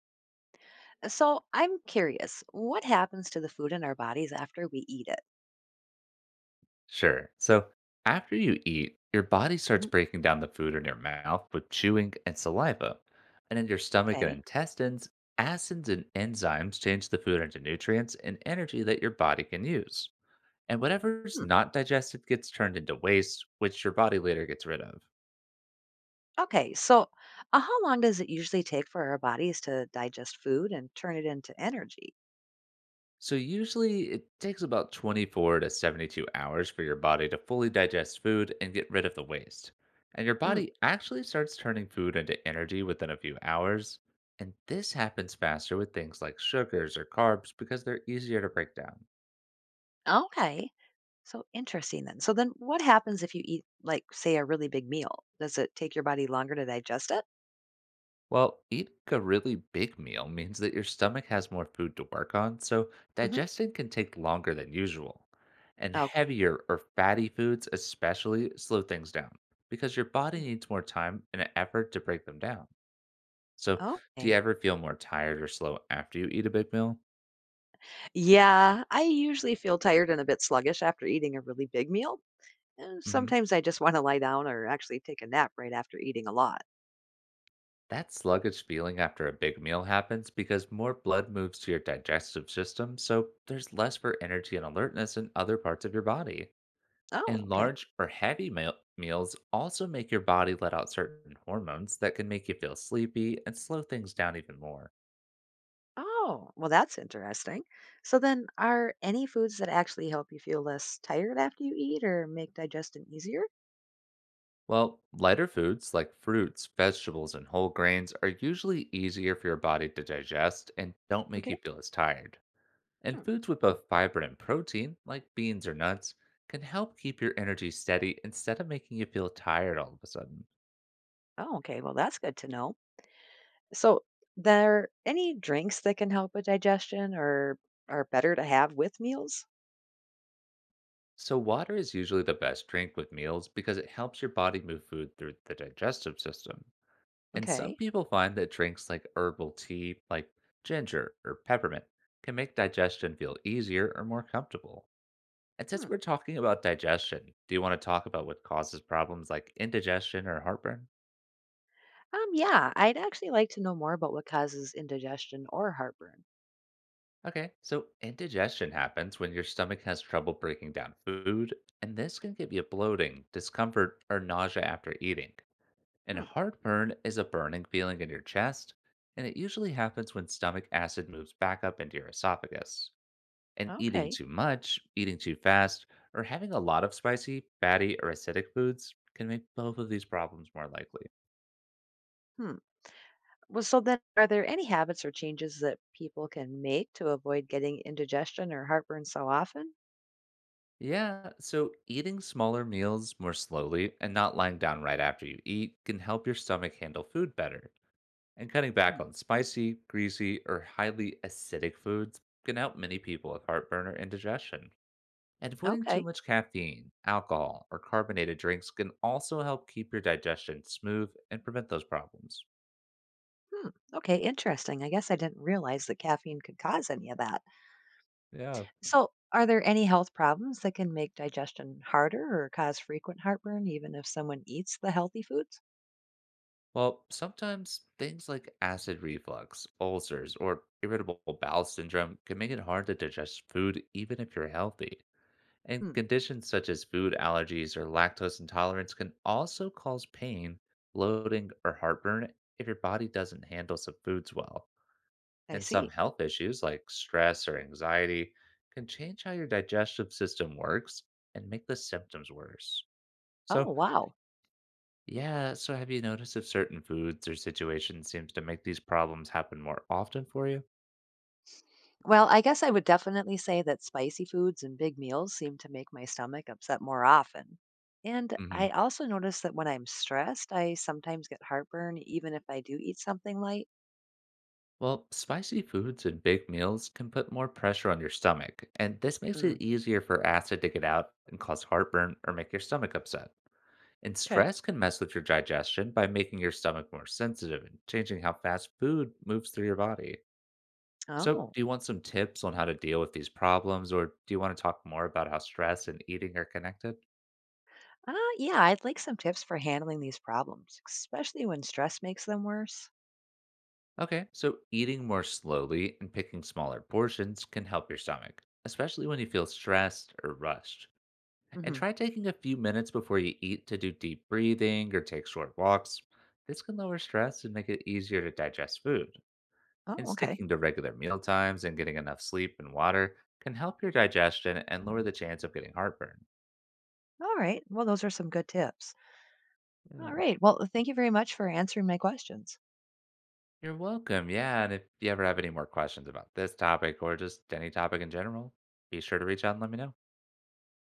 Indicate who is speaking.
Speaker 1: So I'm curious, what happens to the food in our bodies after we eat it?
Speaker 2: Sure. So after you eat, your body starts
Speaker 1: Mhm.
Speaker 2: breaking down the food in your mouth with chewing and saliva. And in your stomach and
Speaker 1: Okay.
Speaker 2: intestines, acids and enzymes change the food into nutrients and energy that your body can use. And whatever's
Speaker 1: Hmm.
Speaker 2: not digested gets turned into waste, which your body later gets rid of.
Speaker 1: Okay. So, how long does it usually take for our bodies to digest food and turn it into energy?
Speaker 2: So, usually it takes about 24 to 72 hours for your body to fully digest food and get rid of the waste. And your
Speaker 1: Mm.
Speaker 2: body actually starts turning food into energy within a few hours. And this happens faster with things like sugars or carbs because they're easier to break down.
Speaker 1: Okay. So interesting then. So then, what happens if you eat, like, say, a really big meal? Does it take your body longer to digest it?
Speaker 2: Well, eating a really big meal means that your stomach has more food to work on, so
Speaker 1: Mhm.
Speaker 2: digestion can take longer than usual. And
Speaker 1: Okay.
Speaker 2: heavier or fatty foods, especially, slow things down because your body
Speaker 1: Hmm.
Speaker 2: needs more time and effort to break them down. So, do you
Speaker 1: Okay.
Speaker 2: ever feel more tired or slow after you eat a big meal?
Speaker 1: Yeah, I usually feel tired and a bit sluggish after eating a really big meal. And
Speaker 2: Hmm.
Speaker 1: sometimes I just want to lie down or actually take a nap right after eating a lot.
Speaker 2: That sluggish feeling after a big meal happens because more blood moves to your digestive system, so there's less for energy and alertness in other parts of your body.
Speaker 1: Oh,
Speaker 2: And
Speaker 1: okay.
Speaker 2: large or heavy meals also make your body let out certain hormones that can make you feel sleepy and slow things down even more.
Speaker 1: Oh, well, that's interesting. So then, are any foods that actually help you feel less tired after you eat or make digestion easier?
Speaker 2: Well, lighter foods like fruits, vegetables, and whole grains are usually easier for your body to digest and don't make you
Speaker 1: Okay.
Speaker 2: feel as tired. And
Speaker 1: Hmm.
Speaker 2: foods with
Speaker 1: Oh,
Speaker 2: both fiber and protein, like beans or nuts, can help keep your energy steady instead of making you feel tired all of a sudden.
Speaker 1: oh, okay. Well, that's good to know. So, there any drinks that can help with digestion or are better to have with meals?
Speaker 2: So, water is usually the best drink with meals because it helps your body move food through the digestive system. And some
Speaker 1: Okay.
Speaker 2: people find that drinks like herbal tea, like ginger or peppermint, can make digestion feel easier or more comfortable. And since
Speaker 1: Hmm.
Speaker 2: we're talking about digestion, do you want to talk about what causes problems like indigestion or heartburn?
Speaker 1: Yeah, I'd actually like to know more about what causes indigestion or heartburn.
Speaker 2: Okay, so indigestion happens when your stomach has trouble breaking down food, and this can give you bloating, discomfort, or nausea after eating. And
Speaker 1: Hmm.
Speaker 2: heartburn is a burning feeling in your chest, and it usually happens when stomach acid moves back up into your esophagus. And eating
Speaker 1: Okay.
Speaker 2: too much, eating too fast, or having a lot of spicy, fatty, or acidic foods can make both of these problems more likely.
Speaker 1: Hmm. Well, so then, are there any habits or changes that people can make to avoid getting indigestion or heartburn so often?
Speaker 2: Yeah, so eating smaller meals more slowly and not lying down right after you eat can help your stomach handle food better. And cutting back
Speaker 1: Hmm.
Speaker 2: on spicy, greasy, or highly acidic foods can help many people with heartburn or indigestion. And avoiding too
Speaker 1: Okay.
Speaker 2: much caffeine, alcohol, or carbonated drinks can also help keep your digestion smooth and prevent those problems.
Speaker 1: Hmm. Okay. Interesting. I guess I didn't realize that caffeine could cause any of that.
Speaker 2: Yeah.
Speaker 1: So, are there any health problems that can make digestion harder or cause frequent heartburn, even if someone eats the healthy foods?
Speaker 2: Well, sometimes things like acid reflux, ulcers, or irritable bowel syndrome can make it hard to digest food even if you're healthy. And
Speaker 1: Hmm.
Speaker 2: conditions such as food allergies or lactose intolerance can also cause pain, bloating, or heartburn if your body doesn't handle some foods well.
Speaker 1: I
Speaker 2: And some
Speaker 1: see.
Speaker 2: health issues like stress or anxiety can change how your digestive system works and make the symptoms worse.
Speaker 1: Oh,
Speaker 2: So,
Speaker 1: wow.
Speaker 2: yeah, so have you noticed if certain foods or situations seems to make these problems happen more often for you?
Speaker 1: Well, I guess I would definitely say that spicy foods and big meals seem to make my stomach upset more often. And
Speaker 2: Hmm.
Speaker 1: I also notice that when I'm stressed, I sometimes get heartburn, even if I do eat something light.
Speaker 2: Well, spicy foods and big meals can put more pressure on your stomach, and this makes
Speaker 1: Mm.
Speaker 2: it easier for acid to get out and cause heartburn or make your stomach upset. And
Speaker 1: Okay.
Speaker 2: stress can mess with your digestion by making your stomach more sensitive and changing how fast food moves through your body. So,
Speaker 1: Oh,
Speaker 2: do you want some tips on how to deal with these problems, or do you want to talk more about how stress and eating are connected?
Speaker 1: uh, yeah, I'd like some tips for handling these problems, especially when stress makes them worse.
Speaker 2: Okay, so eating more slowly and picking smaller portions can help your stomach, especially when you feel stressed or rushed. And
Speaker 1: Hmm.
Speaker 2: try taking a few minutes before you eat to do deep breathing or take short walks. This can lower stress and make it easier to digest food. And
Speaker 1: Oh, okay.
Speaker 2: sticking to regular meal times and getting enough sleep and water can help your digestion and lower the chance of getting heartburn.
Speaker 1: All right. Well, those are some good tips.
Speaker 2: Yeah.
Speaker 1: All right. Well, thank you very much for answering my questions.
Speaker 2: You're welcome. Yeah, and if you ever have any more questions about this topic or just any topic in general, be sure to reach out and let me know.